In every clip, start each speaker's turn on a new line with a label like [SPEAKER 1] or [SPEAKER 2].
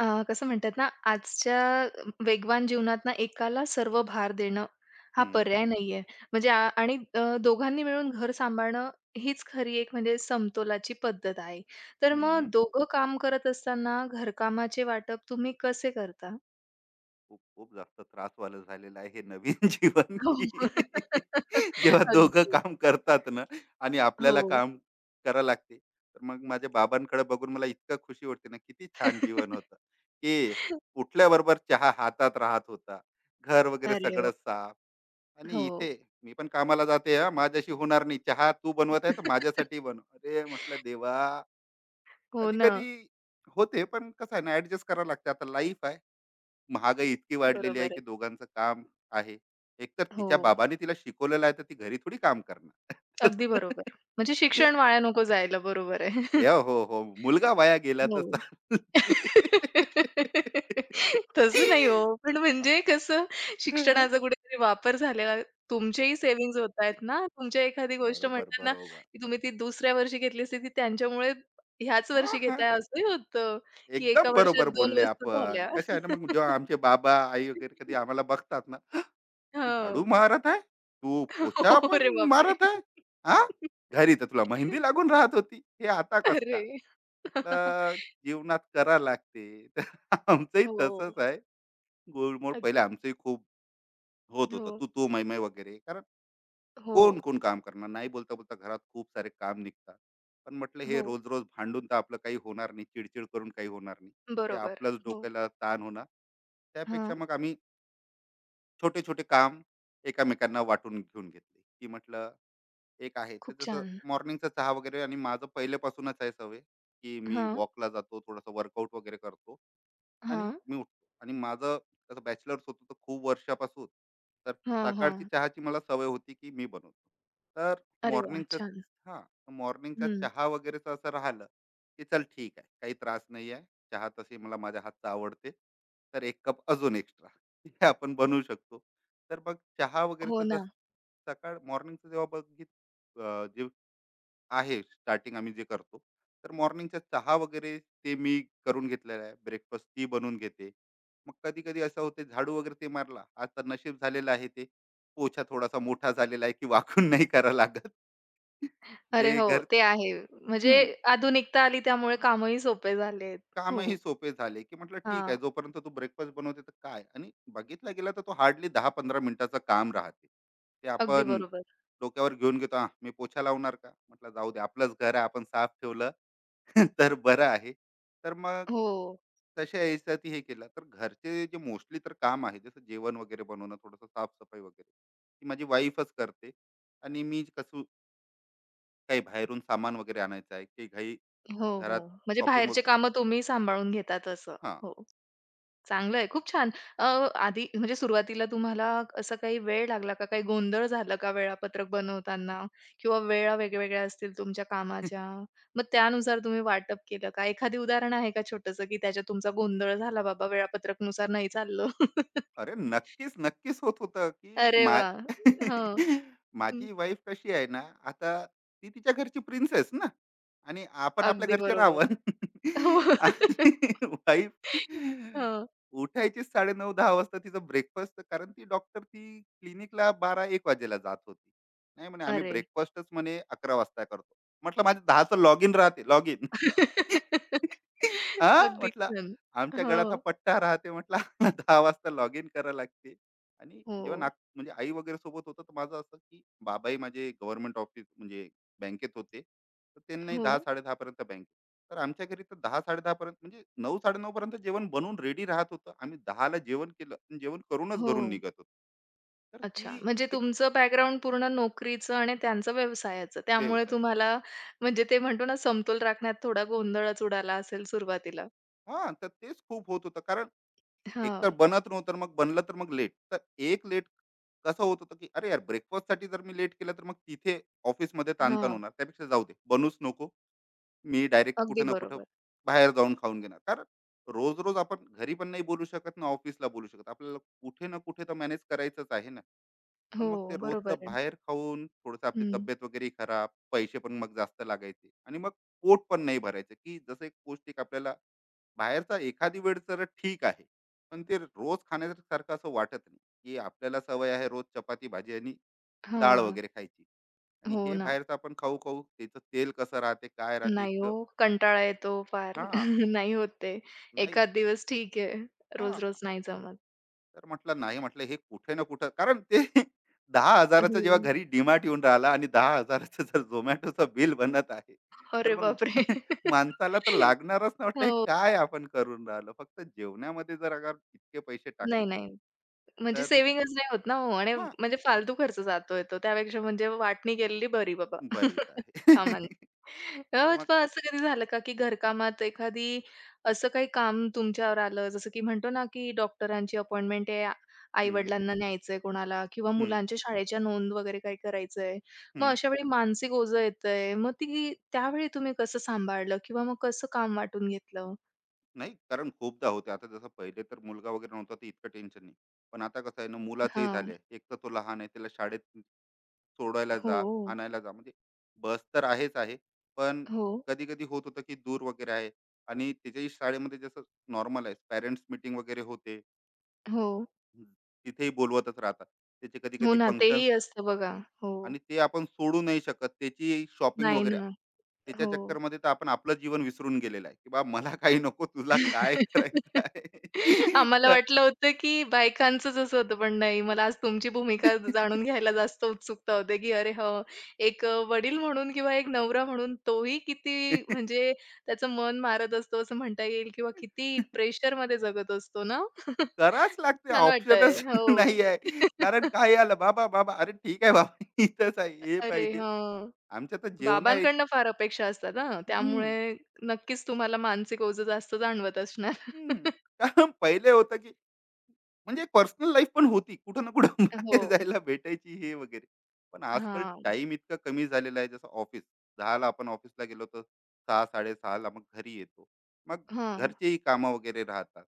[SPEAKER 1] कसं म्हणतात ना, आजच्या वेगवान जीवनात ना एकाला सर्व भार देणं हा
[SPEAKER 2] हं,
[SPEAKER 1] पर्याय नाहीये. म्हणजे दोघांनी मिळून घर सांभाळणं हीच खरी एक म्हणजे समतोलाची पद्धत आहे. तर मग
[SPEAKER 2] हं.
[SPEAKER 1] दोघं काम करत असताना घरकामाचे वाटप तुम्ही कसे करता?
[SPEAKER 2] खूप, खूप जास्त त्रासवालं झालेलं आहे हे नवीन जीवन
[SPEAKER 1] हो.
[SPEAKER 2] की जेव्हा दोघं
[SPEAKER 1] अगदी.
[SPEAKER 2] काम करतात ना आणि
[SPEAKER 1] हो.
[SPEAKER 2] आपल्याला काम करावं लागते. तर मग माझ्या बाबांकडे बघून मला इतकं खुशी वाटते ना, किती छान जीवन होतं, की उठल्याबरोबर चहा हातात राहत होता. घर वगैरे
[SPEAKER 1] अरे हो!
[SPEAKER 2] सगळं साफ आणि
[SPEAKER 1] हो.
[SPEAKER 2] इथे मी पण कामाला जाते हां, माझ्याशी होणार नाही. चहा तू बनवत आहे तर माझ्यासाठी बनव. अरे म्हटलं देवा!
[SPEAKER 1] हो ना.
[SPEAKER 2] कधी-कधी होते, पण कसं आहे ना ॲडजस्ट करावं लागते. आता लाईफ आहे. महागाई इतकी वाढलेली आहे
[SPEAKER 1] बरोबर
[SPEAKER 2] की
[SPEAKER 1] आहे.
[SPEAKER 2] दोघांचं काम आहे. एकतर
[SPEAKER 1] हो.
[SPEAKER 2] तिच्या बाबाने तिला शिकवलेलं आहे, तर ती घरी थोडी काम करणार.
[SPEAKER 1] अगदी बरोबर. म्हणजे शिक्षण वाया नको जायला. बरोबर आहे.
[SPEAKER 2] या हो, हो. मुलगा वाया गेला तर
[SPEAKER 1] हो.
[SPEAKER 2] चालते.
[SPEAKER 1] तसं नाही हो. पण म्हणजे कसं शिक्षणाचा कुठेतरी वापर झालेला. तुमचेही सेव्हिंग्ज होतायत ना. तुमच्या एखादी गोष्ट
[SPEAKER 2] बरोबर,
[SPEAKER 1] म्हणताना,
[SPEAKER 2] बरोबर.
[SPEAKER 1] की तुम्ही ती दुसऱ्या वर्षी घेतली असती, ती त्यांच्यामुळे ह्याच
[SPEAKER 2] हां,
[SPEAKER 1] वर्षी
[SPEAKER 2] हां.
[SPEAKER 1] घेताय असंही होतं, की एका
[SPEAKER 2] एकदम बरोबर
[SPEAKER 1] वर्षात 2
[SPEAKER 2] बोलले
[SPEAKER 1] वस्तू
[SPEAKER 2] आपण.
[SPEAKER 1] झाल्या.
[SPEAKER 2] कसे आहे ना मग जेव्हा आमचे बाबा, आई वगैरे कधी आम्हाला बघतात ना, "तू
[SPEAKER 1] हां.
[SPEAKER 2] झाडू मारत आहे? तू पोछा
[SPEAKER 1] अरे
[SPEAKER 2] पण
[SPEAKER 1] बापरे!
[SPEAKER 2] मारत आहे? हां? घरी तर तुला मेहंदी लागून राहत होती. हे आता कसं काय?"
[SPEAKER 1] अरे!
[SPEAKER 2] म्हटलं जीवनात करा लागते तर आमचंही
[SPEAKER 1] हो.
[SPEAKER 2] तसंच आहे. गोडमोड
[SPEAKER 1] अगदी.
[SPEAKER 2] पहिले आमचंही खूप होत होतं,
[SPEAKER 1] हो,
[SPEAKER 2] तू तू मै मै वगैरे. कारण
[SPEAKER 1] हो,
[SPEAKER 2] कोण कोण काम करणार नाही बोलता बोलता घरात खूप सारे काम निघतात. पण म्हटलं हे
[SPEAKER 1] हो.
[SPEAKER 2] रोज रोज भांडून तर आपलं काही होणार नाही, चिडचिड करून काही होणार नाही. ते
[SPEAKER 1] बरोबर.
[SPEAKER 2] आपलंच
[SPEAKER 1] हो.
[SPEAKER 2] डोक्याला ताण होणार. त्यापेक्षा
[SPEAKER 1] हां.
[SPEAKER 2] मग आम्ही छोटे छोटे काम एकामेकांना वाटून घेऊन घेतले, की म्हटलं एक आहे तर
[SPEAKER 1] खूप
[SPEAKER 2] जसं
[SPEAKER 1] छान.
[SPEAKER 2] मॉर्निंगचा चहा वगैरे. आणि माझं पहिल्यापासूनच आहे सवय, की मी
[SPEAKER 1] हां.
[SPEAKER 2] वॉकला जातो, थोडंसं वर्कआउट वगैरे करतो आणि
[SPEAKER 1] हां,
[SPEAKER 2] मी उठतो आणि माझं कसं बॅचलर्स होतो तर खूप वर्षापासून, तर
[SPEAKER 1] हां, हां.
[SPEAKER 2] सकाळची चहाची मला सवय होती की मी बनवतो. तर
[SPEAKER 1] अरे वाह!
[SPEAKER 2] मॉर्निंगचा
[SPEAKER 1] छान.
[SPEAKER 2] हां मॉर्निंगचा
[SPEAKER 1] हं.
[SPEAKER 2] चहा वगैरेचं असं राहिलं, की चल ठीक आहे, काही त्रास नाही आहे. चहा तशी मला माझ्या हातचा आवडते, तर एक कप अजून एक्स्ट्रा हे आपण बनवू शकतो. तर मग चहा
[SPEAKER 1] हो
[SPEAKER 2] वगैरेचं
[SPEAKER 1] ना.
[SPEAKER 2] जर सकाळ मॉर्निंगचं जेव्हा आहे, स्टार्टिंग आम्ही जे करतो, तर मॉर्निंगचा चहा वगैरे ते मी करून घेतलेला आहे, ब्रेकफास्ट ती बनवून घेते. मग कधी कधी असं होते झाडू वगैरे ते मारला, आज तर नशीब झालेलं आहे ते पोछा थोडासा मोठा झालेला आहे की वाकून नाही करा लागत.
[SPEAKER 1] अरे
[SPEAKER 2] जे
[SPEAKER 1] हो,
[SPEAKER 2] घर
[SPEAKER 1] ते आहे. म्हणजे आधुनिकता आली त्यामुळे कामही सोपे झालेत. हो.
[SPEAKER 2] कामही सोपे झाले, की म्हटलं ठीक
[SPEAKER 1] हां,
[SPEAKER 2] आहे जोपर्यंत तू ब्रेकफास्ट बनवते तर काय, आणि बघितला गेला तर तो हार्डली 10-15 मिनिटाचं काम राहते. ते
[SPEAKER 1] अगदी
[SPEAKER 2] आपण
[SPEAKER 1] बरोबर.
[SPEAKER 2] डोक्यावर घेऊन घेतो, "हां, मी पोछा लावणार का?" म्हटलं, "जाऊ दे आपलंच घर आहे, आपण साफ ठेवलं तर बरं आहे." तर मग
[SPEAKER 1] हो,
[SPEAKER 2] तशा ह्याच्यात हे केलं. तर घरचे जे मोस्टली तर काम आहे जसं जेवण वगैरे बनवणं, थोडंसं साफ वगैरे, ती माझी वाईफच करते. आणि मी कसं काही बाहेरून सामान वगैरे आणायचं आहे, की काही घाई
[SPEAKER 1] हो, हो.
[SPEAKER 2] घरात
[SPEAKER 1] म्हणजे
[SPEAKER 2] शॉपिंग
[SPEAKER 1] बाहेरचे कामं तुम्ही सांभाळून घेतात असं.
[SPEAKER 2] हां.
[SPEAKER 1] हो. चांगलं आहे. खूप छान. अ, आधी म्हणजे सुरुवातीला तुम्हाला असं काही वेळ लागला का? काही गोंधळ झाला का वेळापत्रक बनवताना? किंवा वेळा वेगवेगळ्या असतील तुमच्या कामाच्या, मग त्यानुसार तुम्ही वाटप केलं का? एखादी उदाहरण आहे का छोटंसं, की त्याच्यात तुमचा गोंधळ झाला बाबा वेळापत्रकनुसार नाही चाललं?
[SPEAKER 2] अरे नक्कीच, नक्कीच होत होतं, की
[SPEAKER 1] अरे वाह! हं. हं.
[SPEAKER 2] माझी वाईफ कशी आहे ना, आता ती तिच्या घरची प्रिन्सेस ना, आणि आपण आपल्या
[SPEAKER 1] अगदी
[SPEAKER 2] घरचे
[SPEAKER 1] बरोबर.
[SPEAKER 2] रावण.
[SPEAKER 1] हो.
[SPEAKER 2] आणि वाईफ
[SPEAKER 1] हं.
[SPEAKER 2] उठायचीच 9:30-10:00 वाजता तिचं ब्रेकफास्ट, कारण ती डॉक्टर, ती क्लिनिकला 12:00-1:00 वाजेला जात होती. नाही म्हणे आम्ही
[SPEAKER 1] अरे!
[SPEAKER 2] ब्रेकफास्टच म्हणे 11:00 वाजता करतो. म्हटलं माझं 10:00चं लॉगिन राहते, लॉगिन. हां,
[SPEAKER 1] अगदी
[SPEAKER 2] म्हटलं
[SPEAKER 1] छान.
[SPEAKER 2] आमच्या
[SPEAKER 1] हो.
[SPEAKER 2] गळ्यात हा पट्टा राहते, म्हटलं 10 वाजता लॉग इन करावं लागते. आणि जेव्हा
[SPEAKER 1] हो.
[SPEAKER 2] म्हणजे आई वगैरे सोबत होतं तर माझं असं की बाबाही माझे गव्हर्नमेंट ऑफिस म्हणजे बँकेत होते. तर त्यांनाही
[SPEAKER 1] हो.
[SPEAKER 2] 10-10:30 पर्यंत बँक. तर आमच्या घरी तर 10-10:30 पर्यंत म्हणजे 9-9:30 पर्यंत जेवण बनवून रेडी राहत होतं. आम्ही 10 जेवण केलं आणि जेवण करूनच
[SPEAKER 1] हो.
[SPEAKER 2] घरून निघत होतो. तर
[SPEAKER 1] अच्छा.
[SPEAKER 2] ती
[SPEAKER 1] म्हणजे
[SPEAKER 2] एक
[SPEAKER 1] तुमचं बॅकग्राऊंड पूर्ण नोकरीचं आणि त्यांचं व्यवसायाचं. त्यामुळे
[SPEAKER 2] व्यवसाय
[SPEAKER 1] तुम्हाला म्हणजे ते म्हणतो ना समतोल राखण्यात थोडा गोंधळच उडाला असेल सुरुवातीला.
[SPEAKER 2] हां, तर तेच खूप होत होतं, कारण एक तर
[SPEAKER 1] हां,
[SPEAKER 2] बनत नव्हतं, मग बनलं तर मग लेट, तर एक लेट कसं होत होतं की अरे यार breakfast साठी जर मी लेट केलं तर मग तिथे ऑफिसमध्ये ताणताण
[SPEAKER 1] हां.
[SPEAKER 2] होणार, त्यापेक्षा जाऊ दे बनूच नको. मी डायरेक्ट
[SPEAKER 1] अगदी
[SPEAKER 2] कुठं ना कुठं
[SPEAKER 1] बरोबर.
[SPEAKER 2] बाहेर जाऊन खाऊन घेणार, कारण रोज रोज आपण घरी पण नाही बोलू शकत ना, ऑफिसला बोलू शकत, आपल्याला कुठे ना कुठे तर मॅनेज करायचंच आहे ना. पण मग
[SPEAKER 1] हो,
[SPEAKER 2] ते
[SPEAKER 1] बरोबर
[SPEAKER 2] रोजचं
[SPEAKER 1] आहे.
[SPEAKER 2] बाहेर खाऊन थोडंसं आपली
[SPEAKER 1] हं.
[SPEAKER 2] तब्येत वगैरे खराब, पैसे पण मग जास्त लागायचे, आणि मग पोट पण नाही भरायचं, की जसं एक पौष्टिक आपल्याला, बाहेरचा एखादी वेळ तर ठीक आहे, पण ते रोज खाण्यासारखं असं वाटत नाही, की आपल्याला सवय आहे रोज चपाती भाजी आणि डाळ
[SPEAKER 1] हां.
[SPEAKER 2] वगैरे खायची, आणि
[SPEAKER 1] हो
[SPEAKER 2] हे
[SPEAKER 1] ना.
[SPEAKER 2] बाहेरचं आपण खाऊ खाऊ त्याचं तेल कसं राहते, काय राहते
[SPEAKER 1] नाही हो,
[SPEAKER 2] इतकं.
[SPEAKER 1] कंटाळा येतो फार.
[SPEAKER 2] हा
[SPEAKER 1] नाही होत ते.
[SPEAKER 2] नाही
[SPEAKER 1] एखाद दिवस ठीक आहे.
[SPEAKER 2] हा,
[SPEAKER 1] रोज-रोज नाही जमत.
[SPEAKER 2] तर म्हटलं नाही, म्हटलं हे कुठे ना कुठं कारण ते दहा हजाराचं जेव्हा
[SPEAKER 1] हो.
[SPEAKER 2] घरी डिमार्ट येऊन राहिला आणि दहा हजाराचं जर झोमॅटोचं बिल बनत आहे, तर
[SPEAKER 1] अरे
[SPEAKER 2] मग
[SPEAKER 1] बापरे!
[SPEAKER 2] माणसाला तर लागणारच ना, म्हटलं हे
[SPEAKER 1] हो.
[SPEAKER 2] काय आपण करून राहिलो फक्त जेवणामध्ये जर अगर इतके पैसे
[SPEAKER 1] नाही,
[SPEAKER 2] टाकणार.
[SPEAKER 1] नाही. म्हणजे
[SPEAKER 2] तर
[SPEAKER 1] सेव्हिंगच नाही होत ना हो आणि
[SPEAKER 2] हा
[SPEAKER 1] म्हणजे फालतू खर्च जातोय तो. त्यापेक्षा म्हणजे वाटणी केलेली बरी बाबा
[SPEAKER 2] बरीच आहे.
[SPEAKER 1] कामाला.
[SPEAKER 2] तर मग
[SPEAKER 1] पण असं कधी झालं का की घरकामात एखादी असं काही काम तुमच्यावर आलं, जसं की म्हणतो ना की डॉक्टरांची अपॉइंटमेंट आहे,
[SPEAKER 2] हं,
[SPEAKER 1] आई-वडिलांना न्यायचंय कोणाला किंवा
[SPEAKER 2] हं,
[SPEAKER 1] मुलांच्या शाळेच्या नोंद वगैरे काही करायचंय. मग
[SPEAKER 2] हं.
[SPEAKER 1] अशा वेळी मानसिक ओझं येतंय. मग ती त्यावेळी तुम्ही कसं सांभाळलं किंवा मग कसं काम वाटून घेतलं?
[SPEAKER 2] नाही, कारण खूपदा होते. आता जसं पहिले तर मुलगा वगैरे नव्हता तर इतकं टेन्शन नाही. पण आता कसं आहे ना, मुलाचंही
[SPEAKER 1] हां.
[SPEAKER 2] झालंय. एक तर तो लहान आहे. त्याला शाळेत सोडायला जा,
[SPEAKER 1] हो,
[SPEAKER 2] आणायला जा. म्हणजे बस तर आहेच आहे. पण
[SPEAKER 1] हो,
[SPEAKER 2] कधी-कधी होत होतं की दूर वगैरे आहे आणि त्याच्याही शाळेमध्ये जसं नॉर्मल आहे. पॅरेंट्स मीटिंग वगैरे होते.
[SPEAKER 1] हो.
[SPEAKER 2] हम्म. तिथेही बोलवतच राहतात. त्याचे
[SPEAKER 1] हो
[SPEAKER 2] कधी-कधी
[SPEAKER 1] ना,
[SPEAKER 2] फंक्शन्स
[SPEAKER 1] तेही असतं बघा. हो.
[SPEAKER 2] आणि ते आपण सोडू नाही शकत, त्याची शॉपिंग
[SPEAKER 1] नाही
[SPEAKER 2] वगैरे.
[SPEAKER 1] ना.
[SPEAKER 2] त्याच्या
[SPEAKER 1] हो.
[SPEAKER 2] चक्करमध्ये तर आपण आपलं जीवन विसरून गेलेलं आहे, की बा मला काही नको, तुला काय करायचं
[SPEAKER 1] आम्हाला
[SPEAKER 2] आहे.
[SPEAKER 1] वाटलं होतं, की बायकांचंच असं होतं, पण नाही. मला आज तुमची भूमिका जाणून घ्यायला जास्त उत्सुकता होते, की अरे हो, एक वडील म्हणून किंवा एक नवरा म्हणून तोही किती म्हणजे त्याचं मन मारत असतो असं म्हणता येईल किंवा किती प्रेशरमध्ये जगत असतो ना?
[SPEAKER 2] करावंच लागते,
[SPEAKER 1] छान वाटतंय.
[SPEAKER 2] ऑप्शनच
[SPEAKER 1] हो.
[SPEAKER 2] नाही आहे. कारण काय आलं बाबा बाबा, अरे ठीक आहे बाबा इथंच आहे, हे
[SPEAKER 1] अरे
[SPEAKER 2] पाहिजे,
[SPEAKER 1] हां.
[SPEAKER 2] आमच्या तर जेवण आहे.
[SPEAKER 1] बाबांकडनं फार अपेक्षा असतात हां.
[SPEAKER 2] हम्म,
[SPEAKER 1] त्यामुळे नक्कीच तुम्हाला मानसिक ओझं जास्त जाणवत असणार.
[SPEAKER 2] हम्म. कारण पहिले होतं की म्हणजे पर्सनल लाईफ पण होती. कुठं ना कुठं
[SPEAKER 1] हो.
[SPEAKER 2] बाहेर जायला भेटायची हे वगैरे. पण आजकाल
[SPEAKER 1] हां.
[SPEAKER 2] टाईम इतका कमी झालेला आहे. जसं ऑफिस 10:00 ला आपण ऑफिसला गेलो तर 6:00-6:30 ला मग घरी येतो. मग
[SPEAKER 1] हां.
[SPEAKER 2] घरचेही कामं वगैरे राहतात.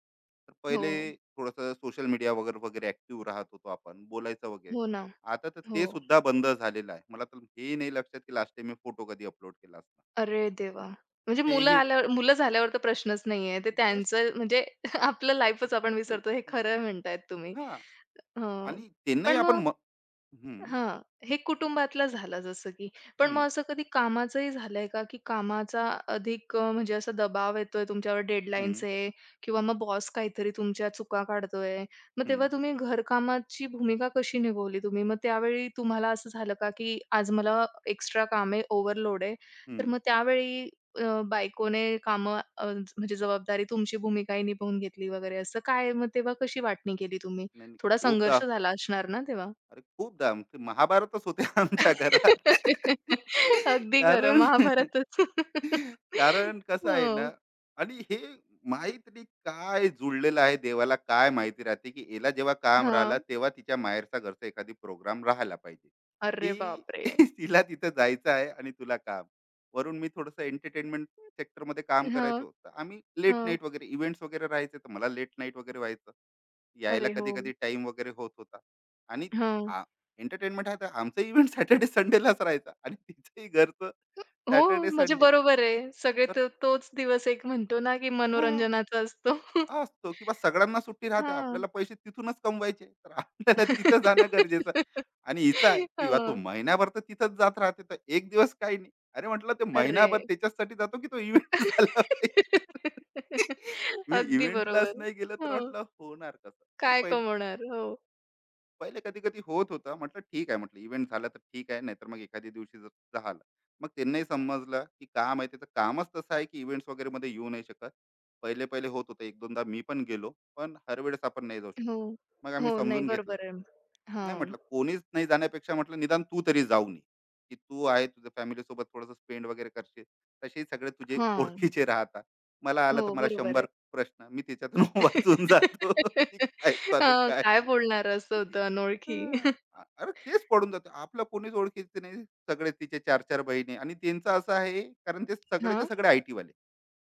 [SPEAKER 2] तर
[SPEAKER 1] हो.
[SPEAKER 2] पहिले थोडंसं सोशल मीडिया वगैरे, वगैरे ॲक्टिव्ह राहत होतो आपण, बोलायचं वगैरे.
[SPEAKER 1] हो ना.
[SPEAKER 2] आता तर
[SPEAKER 1] हो.
[SPEAKER 2] ते सुद्धा बंद झालेलं आहे. मला तर हे नाही लक्षात की लास्ट टाईम मी फोटो कधी अपलोड केला असणार.
[SPEAKER 1] अरे देवा! म्हणजे मुलं
[SPEAKER 2] तेही
[SPEAKER 1] आल्यावर मुलं झाल्यावर तर प्रश्नच नाहीये. ते त्यांचं म्हणजे आपलं लाईफच आपण विसरतो हे खरं म्हणतायत तुम्ही.
[SPEAKER 2] हां.
[SPEAKER 1] हं.
[SPEAKER 2] आणि त्यांनाही
[SPEAKER 1] पण
[SPEAKER 2] आपण
[SPEAKER 1] मग
[SPEAKER 2] हं,
[SPEAKER 1] हां, हे कुटुंबातलं झालं जसं की. पण
[SPEAKER 2] हं,
[SPEAKER 1] मग असं कधी कामाचंही झालंय का, की कामाचा अधिक म्हणजे असा दबाव येतोय तुमच्यावर डेडलाईन्स
[SPEAKER 2] हं.
[SPEAKER 1] आहे किंवा मग बॉस काहीतरी तुमच्या चुका काढतोय. मग
[SPEAKER 2] हं,
[SPEAKER 1] तेव्हा तुम्ही घरकामाची भूमिका कशी निभावली तुम्ही? मग त्यावेळी तुम्हाला असं झालं का, की आज मला एक्स्ट्रा काम आहे, ओव्हरलोड आहे. तर
[SPEAKER 2] हं.
[SPEAKER 1] मग त्यावेळी बायकोने कामं म्हणजे जबाबदारी तुमची भूमिकाही निभावून घेतली वगैरे असं काय? मग तेव्हा कशी वाटणी केली तुम्ही?
[SPEAKER 2] नाही, नाही.
[SPEAKER 1] थोडा
[SPEAKER 2] खूपदा
[SPEAKER 1] संघर्ष झाला असणार ना तेव्हा?
[SPEAKER 2] अरे खूप धाम, ते महाभारतच होते आमच्या घरात.
[SPEAKER 1] अगदी खरं
[SPEAKER 2] कारण,
[SPEAKER 1] महाभारतच.
[SPEAKER 2] कारण कसं आहे ना,
[SPEAKER 1] हो.
[SPEAKER 2] आणि हे माहीत नाही काय जुळलेलं आहे देवाला काय माहिती राहते, की हिला जेव्हा काम
[SPEAKER 1] हां.
[SPEAKER 2] राहिलं तेव्हा तिच्या माहेरचा घरचा एखादी प्रोग्राम राहायला पाहिजे,
[SPEAKER 1] अरे
[SPEAKER 2] की
[SPEAKER 1] बापरे!
[SPEAKER 2] तिला तिथं जायचं आहे आणि तुला काम. वरून मी थोडंसं एंटरटेनमेंट सेक्टरमध्ये काम
[SPEAKER 1] हां,
[SPEAKER 2] करायचो. तर आम्ही लेट
[SPEAKER 1] हां.
[SPEAKER 2] नाईट वगैरे इव्हेंट्स वगैरे राहायचे, तर मला लेट नाईट वगैरे व्हायचं. यायला
[SPEAKER 1] अरे हो.
[SPEAKER 2] कधी-कधी टाईम वगैरे होत होता, आणि
[SPEAKER 1] हां.
[SPEAKER 2] आ एंटरटेनमेंट आहे तर आमचा इव्हेंट सॅटर्डे संडेलाच राहायचा आणि तिचंही घरचं
[SPEAKER 1] हो,
[SPEAKER 2] सॅटर्डे
[SPEAKER 1] म्हणजे
[SPEAKER 2] संडे.
[SPEAKER 1] बरोबर आहे. सगळे
[SPEAKER 2] तर
[SPEAKER 1] तो तोच दिवस एक म्हणतो ना, की
[SPEAKER 2] हां,
[SPEAKER 1] मनोरंजनाचा असतो.
[SPEAKER 2] हा असतो की बा सगळ्यांना सुट्टी राहते.
[SPEAKER 1] हां.
[SPEAKER 2] आपल्याला पैसे तिथूनच कमवायचे. तर आपल्याला तिथं जाणं गरजेचं. आणि हिचं आहे की बा
[SPEAKER 1] हां.
[SPEAKER 2] तू महिनाभर तर तिथंच जात राहते. तर 1 दिवस काही नाही. अरे म्हटलं ते
[SPEAKER 1] अरे!
[SPEAKER 2] महिनाभर त्याच्याचसाठी जातो की तो इव्हेंट झाला पाहिजे. मी
[SPEAKER 1] अगदी
[SPEAKER 2] इव्हेंटलाच
[SPEAKER 1] बरोबर.
[SPEAKER 2] नाही गेलं तर
[SPEAKER 1] हो.
[SPEAKER 2] म्हटलं होणार कसं? तर
[SPEAKER 1] काय कमवणार? हो.
[SPEAKER 2] पहिले कधी कधी होत होता, म्हटलं ठीक आहे, म्हटलं इव्हेंट झाला तर ठीक आहे, नाहीतर मग एखाद्या दिवशी जर झाला, मग त्यांनाही समजलं की काम आहे, त्याचं कामच तसं आहे की इव्हेंट्स वगैरे मध्ये येऊ नाही शकत. पहिले पहिले होत होतं, एक दोनदा मी पण गेलो, पण हर वेळेस आपण नाही जाऊ शकत.
[SPEAKER 1] हो.
[SPEAKER 2] मग आम्ही
[SPEAKER 1] हो, नाही
[SPEAKER 2] समजून घेतलं.
[SPEAKER 1] बरोबर आहे.
[SPEAKER 2] नाही
[SPEAKER 1] हां.
[SPEAKER 2] म्हटलं कोणीच नाही जाण्यापेक्षा, म्हटलं निदान तू तरी जाऊ नये, की तू आहे तुझ्या family सोबत थोडंसं स्पेंड वगैरे करशील. तसेही सगळे तुझे
[SPEAKER 1] हां.
[SPEAKER 2] ओळखीचे राहतात. मला आला
[SPEAKER 1] हो,
[SPEAKER 2] तर मला
[SPEAKER 1] बरोबर आहे.
[SPEAKER 2] शंभर प्रश्न. मी त्याच्यातून वाचून जातो की काय चालू
[SPEAKER 1] हां,
[SPEAKER 2] काय
[SPEAKER 1] काय
[SPEAKER 2] नाही.
[SPEAKER 1] बोलणार असं होतं अनोळखी.
[SPEAKER 2] हं. अ, अरे तेच पडून जातं. आपलं कोणीच ओळखीचं नाही. सगळे तिचे 4-4 बहिणी आणि त्यांचं असं आहे, कारण ते सगळेचे
[SPEAKER 1] हां.
[SPEAKER 2] सगळे आय-टीवाले.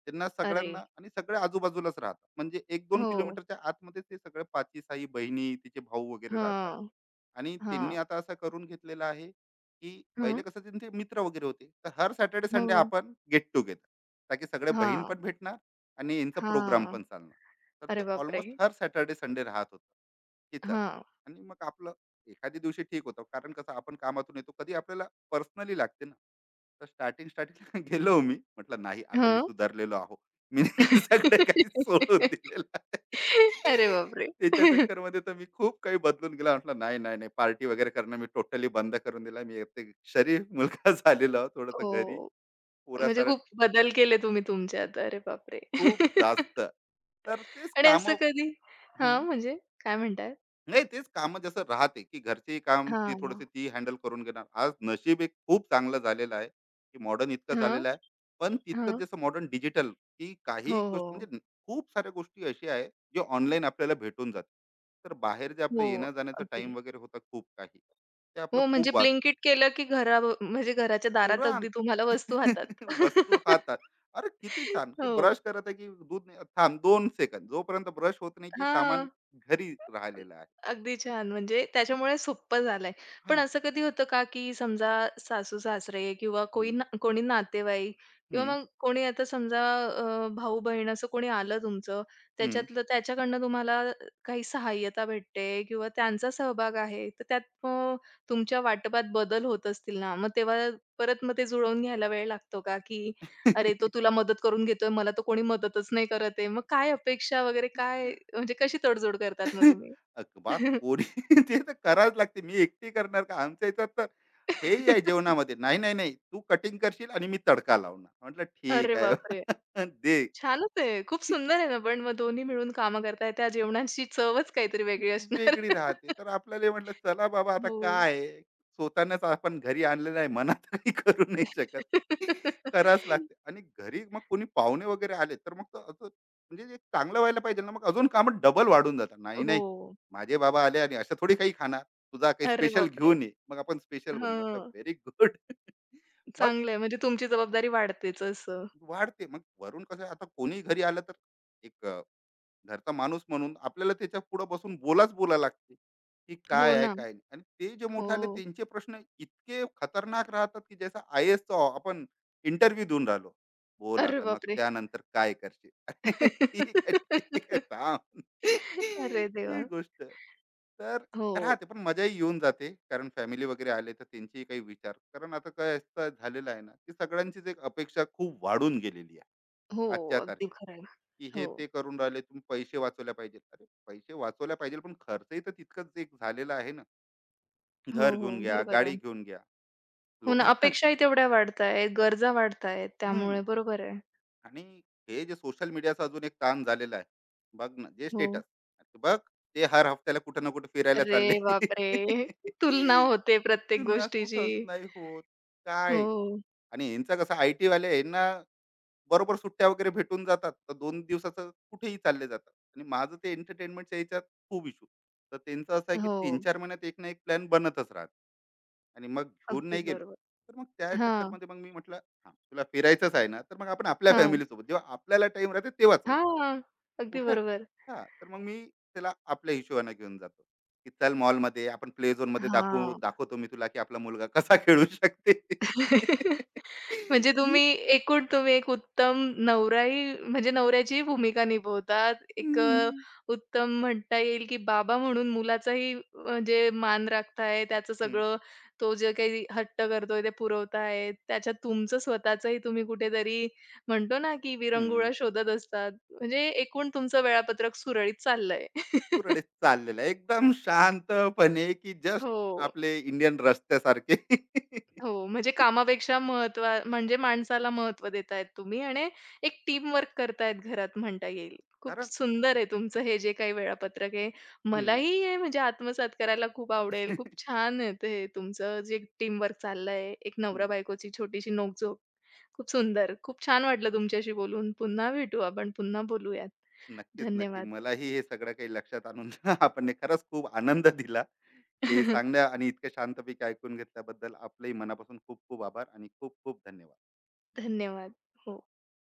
[SPEAKER 2] त्यांना
[SPEAKER 1] अरे!
[SPEAKER 2] सगळ्यांना, आणि सगळे आजूबाजूलाच राहतात. म्हणजे 1-2
[SPEAKER 1] हो.
[SPEAKER 2] किलोमीटरच्या आतमध्ये ते सगळे 5ही 6ही बहिणी, तिचे भाऊ वगैरे राहतात.
[SPEAKER 1] हां,
[SPEAKER 2] आणि त्यांनी
[SPEAKER 1] हां,
[SPEAKER 2] आता असं करून घेतलेलं आहे, की
[SPEAKER 1] हं.
[SPEAKER 2] पहिले कसं त्यांचे मित्र वगैरे होते. तर हर सॅटर्डे संडे
[SPEAKER 1] हो.
[SPEAKER 2] आपण गेट टुगेदर, ताकी सगळे बहीण
[SPEAKER 1] हां,
[SPEAKER 2] पण भेटणार आणि यांचा प्रोग्राम
[SPEAKER 1] हां.
[SPEAKER 2] पण चालणार. तर ते
[SPEAKER 1] अरे बापरे!
[SPEAKER 2] ऑलमोस्ट हर सॅटर्डे संडे राहत होतं, की चला.
[SPEAKER 1] हां,
[SPEAKER 2] आणि मग आपलं एखाद्या दिवशी ठीक होतं, कारण कसं आपण कामातून येतो, कधी आपल्याला पर्सनली लागते ना. तर स्टार्टिंग स्टार्टिंगला गेलो. मी म्हटलं नाही आता मी
[SPEAKER 1] हं.
[SPEAKER 2] सुधारलेलो आहो. मी सगळं काही सोडून दिलेलं आहे.
[SPEAKER 1] अरे बापरे!
[SPEAKER 2] त्याच्या चक्करमध्ये तर मी खूप काही बदलून गेला, म्हटलं नाही नाही नाही, पार्टी वगैरे करणं मी टोटली बंद करून दिला. मी एक शरीफ मुलगा झालेलो, थोडस घरी
[SPEAKER 1] हो, म्हणजे
[SPEAKER 2] पुरासार
[SPEAKER 1] खूप बदल केले तुम्ही तुमच्यात. अरे बापरे!
[SPEAKER 2] खूप जास्त. तर तेच
[SPEAKER 1] आणि
[SPEAKER 2] काम,
[SPEAKER 1] असं कधी हां, म्हणजे काय म्हणताय?
[SPEAKER 2] नाही तेच कामं जसं राहते, की घरचेही काम ती
[SPEAKER 1] हां.
[SPEAKER 2] थोडंसं ती हँडल करून घेणार. आज नशीब एक खूप चांगलं झालेलं आहे, की मॉडर्न इतकं
[SPEAKER 1] हां,
[SPEAKER 2] झालेलं आहे. पण तितकंच
[SPEAKER 1] हां.
[SPEAKER 2] जसं मॉडर्न डिजिटल, की
[SPEAKER 1] हो,
[SPEAKER 2] काही
[SPEAKER 1] हो.
[SPEAKER 2] गोष्टी म्हणजे खूप साऱ्या गोष्टी अशा आहेत, जे ऑनलाईन आपल्याला भेटून जातात. तर बाहेर जे आपलं
[SPEAKER 1] हो,
[SPEAKER 2] येण्या-जाण्याचा
[SPEAKER 1] अगदी.
[SPEAKER 2] टाईम वगैरे होता खूप काही, ते आपलं
[SPEAKER 1] हो, म्हणजे
[SPEAKER 2] खूप
[SPEAKER 1] ब्लिंकिट केलं की म्हणजे घराच्या दारात अगदी
[SPEAKER 2] तुरंत
[SPEAKER 1] तुम्हाला वस्तू हातात.
[SPEAKER 2] वस्तू हातात. अरे किती छान! की
[SPEAKER 1] हो.
[SPEAKER 2] ब्रश करत आहे, की दूध नाही थांब 2 सेकंद. जोपर्यंत ब्रश होत नाही, की सामान
[SPEAKER 1] हां.
[SPEAKER 2] घरी राहिलेलं आहे.
[SPEAKER 1] अगदी छान. म्हणजे त्याच्यामुळे सोप्पं झालंय. पण
[SPEAKER 2] हां.
[SPEAKER 1] असं कधी होतं का, की समजा सासू-सासरे किंवा कोई
[SPEAKER 2] हं,
[SPEAKER 1] ना कोणी नातेवाईक किंवा
[SPEAKER 2] हं.
[SPEAKER 1] मग कोणी आता समजा भाऊ-बहीण असं कोणी आलं तुमचं,
[SPEAKER 2] हं.
[SPEAKER 1] त्याच्यातलं त्याच्याकडनं तुम्हाला काही सहाय्यता भेटते किंवा त्यांचा सहभाग आहे, तर त्यात मग तुमच्या वाटपात बदल होत असतील ना, मग तेव्हा परत मग ते जुळवून घ्यायला वेळ लागतो का, की "अरे, तो तुला मदत करून घेतोय, मला तो कोणी मदतच नाही करत आहे." मग काय अपेक्षा वगैरे काय म्हणजे कशी तडजोड करतात मग तुम्ही?
[SPEAKER 2] बा कोणी ते तर करावंच लागते. मी एकटी करणार का? आमच्या ह्याच्यात तर हेही आहे जेवणामध्ये. नाही, नाही, नाही. तू कटिंग करशील आणि मी तडका लावणार. म्हटलं
[SPEAKER 1] अरे
[SPEAKER 2] ठीक आहे.
[SPEAKER 1] बापरे!
[SPEAKER 2] दे
[SPEAKER 1] छानच आहे. खूप सुंदर आहे ना, पण मग दोन्ही मिळून कामं करताय, त्या जेवणाची चवच काहीतरी वेगळी असणार.
[SPEAKER 2] वेगळी राहते. तर आपल्याला म्हटलं चला बाबा आता
[SPEAKER 1] हो.
[SPEAKER 2] काय आहे. स्वतःनच आपण घरी आणलेलं आहे. मनात काही करू नाही शकत. करावंच लागते, आणि घरी मग कोणी पाहुणे वगैरे आले तर मग तर असं म्हणजे जे चांगलं व्हायला पाहिजे ना, मग अजून कामं डबल वाढून जातात. नाही, नाही.
[SPEAKER 1] हो.
[SPEAKER 2] माझे बाबा आले आणि असं थोडी काही खाणार. तुझा काही
[SPEAKER 1] अरे
[SPEAKER 2] स्पेशल
[SPEAKER 1] बापरे!
[SPEAKER 2] घेऊन ये. मग आपण स्पेशल बनवू. म्हटलं
[SPEAKER 1] हां.
[SPEAKER 2] Very good. मग
[SPEAKER 1] चांगलं आहे, म्हणजे तुमची जबाबदारी वाढतेच असं.
[SPEAKER 2] वाढते. मग वरून कसं आहे, आता कोणी घरी आलं तर एक घरचा माणूस म्हणून आपल्याला त्याच्या पुढे बसून बोला लागते, की
[SPEAKER 1] हो
[SPEAKER 2] काय आहे
[SPEAKER 1] ना.
[SPEAKER 2] काय नाही. आणि ते जे
[SPEAKER 1] हो.
[SPEAKER 2] मोठे आले त्यांचे प्रश्न इतके खतरनाक राहतात, की जसं आय एसचा आपण इंटरव्ह्यू देऊन राहिलो. बोल
[SPEAKER 1] अरे
[SPEAKER 2] आता मग
[SPEAKER 1] बापरे!
[SPEAKER 2] त्यानंतर काय करशील. अरे ठीक आहे ठीक आहे थांब.
[SPEAKER 1] अरे देवा!
[SPEAKER 2] ही गोष्ट तर
[SPEAKER 1] हो.
[SPEAKER 2] राहते, पण मजाही येऊन जाते, कारण फॅमिली वगैरे आले तर त्यांचेही काही विचार. कारण आता काय असं झालेलं आहे ना, की सगळ्यांचीच एक अपेक्षा खूप वाढून गेलेली आहे
[SPEAKER 1] हो.
[SPEAKER 2] आजच्या
[SPEAKER 1] अगदी
[SPEAKER 2] तारखेला,
[SPEAKER 1] खरं आहे.
[SPEAKER 2] की
[SPEAKER 1] हो.
[SPEAKER 2] हे ते करून राहिले, तुम्ही पैसे वाचवल्या पाहिजे. अरे पैसे वाचवल्या पाहिजे, पण खर्चही तर तितकंच एक झालेला आहे ना.
[SPEAKER 1] हो,
[SPEAKER 2] घर
[SPEAKER 1] हो.
[SPEAKER 2] घेऊन घ्या,
[SPEAKER 1] बरोबर
[SPEAKER 2] गाडी
[SPEAKER 1] आहे.
[SPEAKER 2] घेऊन घ्या,
[SPEAKER 1] हो ना,
[SPEAKER 2] लोकांना
[SPEAKER 1] अपेक्षाही तेवढ्या वाढतायत, गरजा वाढतायत त्यामुळे.
[SPEAKER 2] हम्म.
[SPEAKER 1] बरोबर आहे.
[SPEAKER 2] आणि हे जे सोशल मीडियाचा अजून एक ताण झालेला आहे, बघ ना जे
[SPEAKER 1] हो.
[SPEAKER 2] स्टेटस बघ, ते हर हफ्त्याला कुठं ना कुठं फिरायला
[SPEAKER 1] अरे
[SPEAKER 2] चालले.
[SPEAKER 1] बापरे! तुलना होते प्रत्येक
[SPEAKER 2] ना
[SPEAKER 1] गोष्टीची.
[SPEAKER 2] कुठंच नाही होत काय.
[SPEAKER 1] हो,
[SPEAKER 2] आणि यांचा कसं आय टी वाले यांना बरोबर सुट्ट्या वगैरे भेटून जातात, तर दोन दिवसाचं कुठेही चालले जातात. आणि माझं ते एंटरटेनमेंटच्या ह्याच्यात खूप इशू. तर त्यांचं असं आहे की तीन
[SPEAKER 1] हो.
[SPEAKER 2] चार महिन्यात एक ना एक प्लॅन बनतच राहत, आणि मग घेऊन
[SPEAKER 1] अगदी
[SPEAKER 2] नाही गेलो
[SPEAKER 1] बरोबर.
[SPEAKER 2] तर मग त्या
[SPEAKER 1] हां,
[SPEAKER 2] चक्करमध्ये मग मी म्हटलं हा तुला फिरायचंच आहे ना, तर मग आपण आपल्या
[SPEAKER 1] हां.
[SPEAKER 2] family सोबत जेव्हा आपल्याला टाइम राहते तेव्हा चालतो
[SPEAKER 1] हां, अगदी
[SPEAKER 2] कुठं.
[SPEAKER 1] बरोबर.
[SPEAKER 2] हा तर मग मी त्याला आपल्या हिशोबाने घेऊन जातो, की चल मॉलमध्ये आपण प्ले झोन मध्ये
[SPEAKER 1] हां.
[SPEAKER 2] दाखवतो मी तुला की आपला मुलगा कसा खेळू शकते.
[SPEAKER 1] म्हणजे तुम्ही एकूण एक उत्तम नवराही म्हणजे नवऱ्याचीही भूमिका निभवतात. एक उत्तम म्हणता येईल, की बाबा म्हणून मुलाचाही म्हणजे मान राखताय. त्याचं
[SPEAKER 2] हम्म.
[SPEAKER 1] सगळं तो जे काही हट्ट करतोय ते पुरवताय. त्याच्यात तुमचं स्वतःचंही तुम्ही कुठेतरी म्हणतो ना, की विरंगुळा
[SPEAKER 2] हं,
[SPEAKER 1] शोधत असतात. म्हणजे एकूण तुमचं वेळापत्रक सुरळीत चाललंय.
[SPEAKER 2] सुरळीत चाललेलं आहे. एकदम शांतपणे, की जस्ट
[SPEAKER 1] हो.
[SPEAKER 2] आपले इंडियन रस्त्यासारखे.
[SPEAKER 1] हो, म्हणजे कामापेक्षा महत्त्व म्हणजे माणसाला महत्त्व देतायत तुम्ही आणि एक टीमवर्क करतायत घरात म्हणता येईल. खूप
[SPEAKER 2] कारण
[SPEAKER 1] सुंदर आहे तुमचं हे जे काही वेळापत्रक आहे.
[SPEAKER 2] हं.
[SPEAKER 1] मलाही हे म्हणजे आत्मसात करायला खूप आवडेल.
[SPEAKER 2] हं.
[SPEAKER 1] खूप छान आहे ते तुमचं जे टीमवर्क चाललंय. एक नवरा-बायकोची छोटीशी नोकझोक. खूप सुंदर. खूप छान वाटलं तुमच्याशी बोलून. पुन्हा भेटू आपण. पुन्हा बोलूयात.
[SPEAKER 2] नक्कीच, नक्की.
[SPEAKER 1] धन्यवाद.
[SPEAKER 2] मलाही हे सगळं काही लक्षात आणून आपण खरंच खूप आनंद दिला. हे सांगण्या आणि इतक्या शांतपैकी ऐकून घेतल्याबद्दल आपलंही मनापासून खूप खूप आभार आणि खूप खूप धन्यवाद.
[SPEAKER 1] धन्यवाद. हो.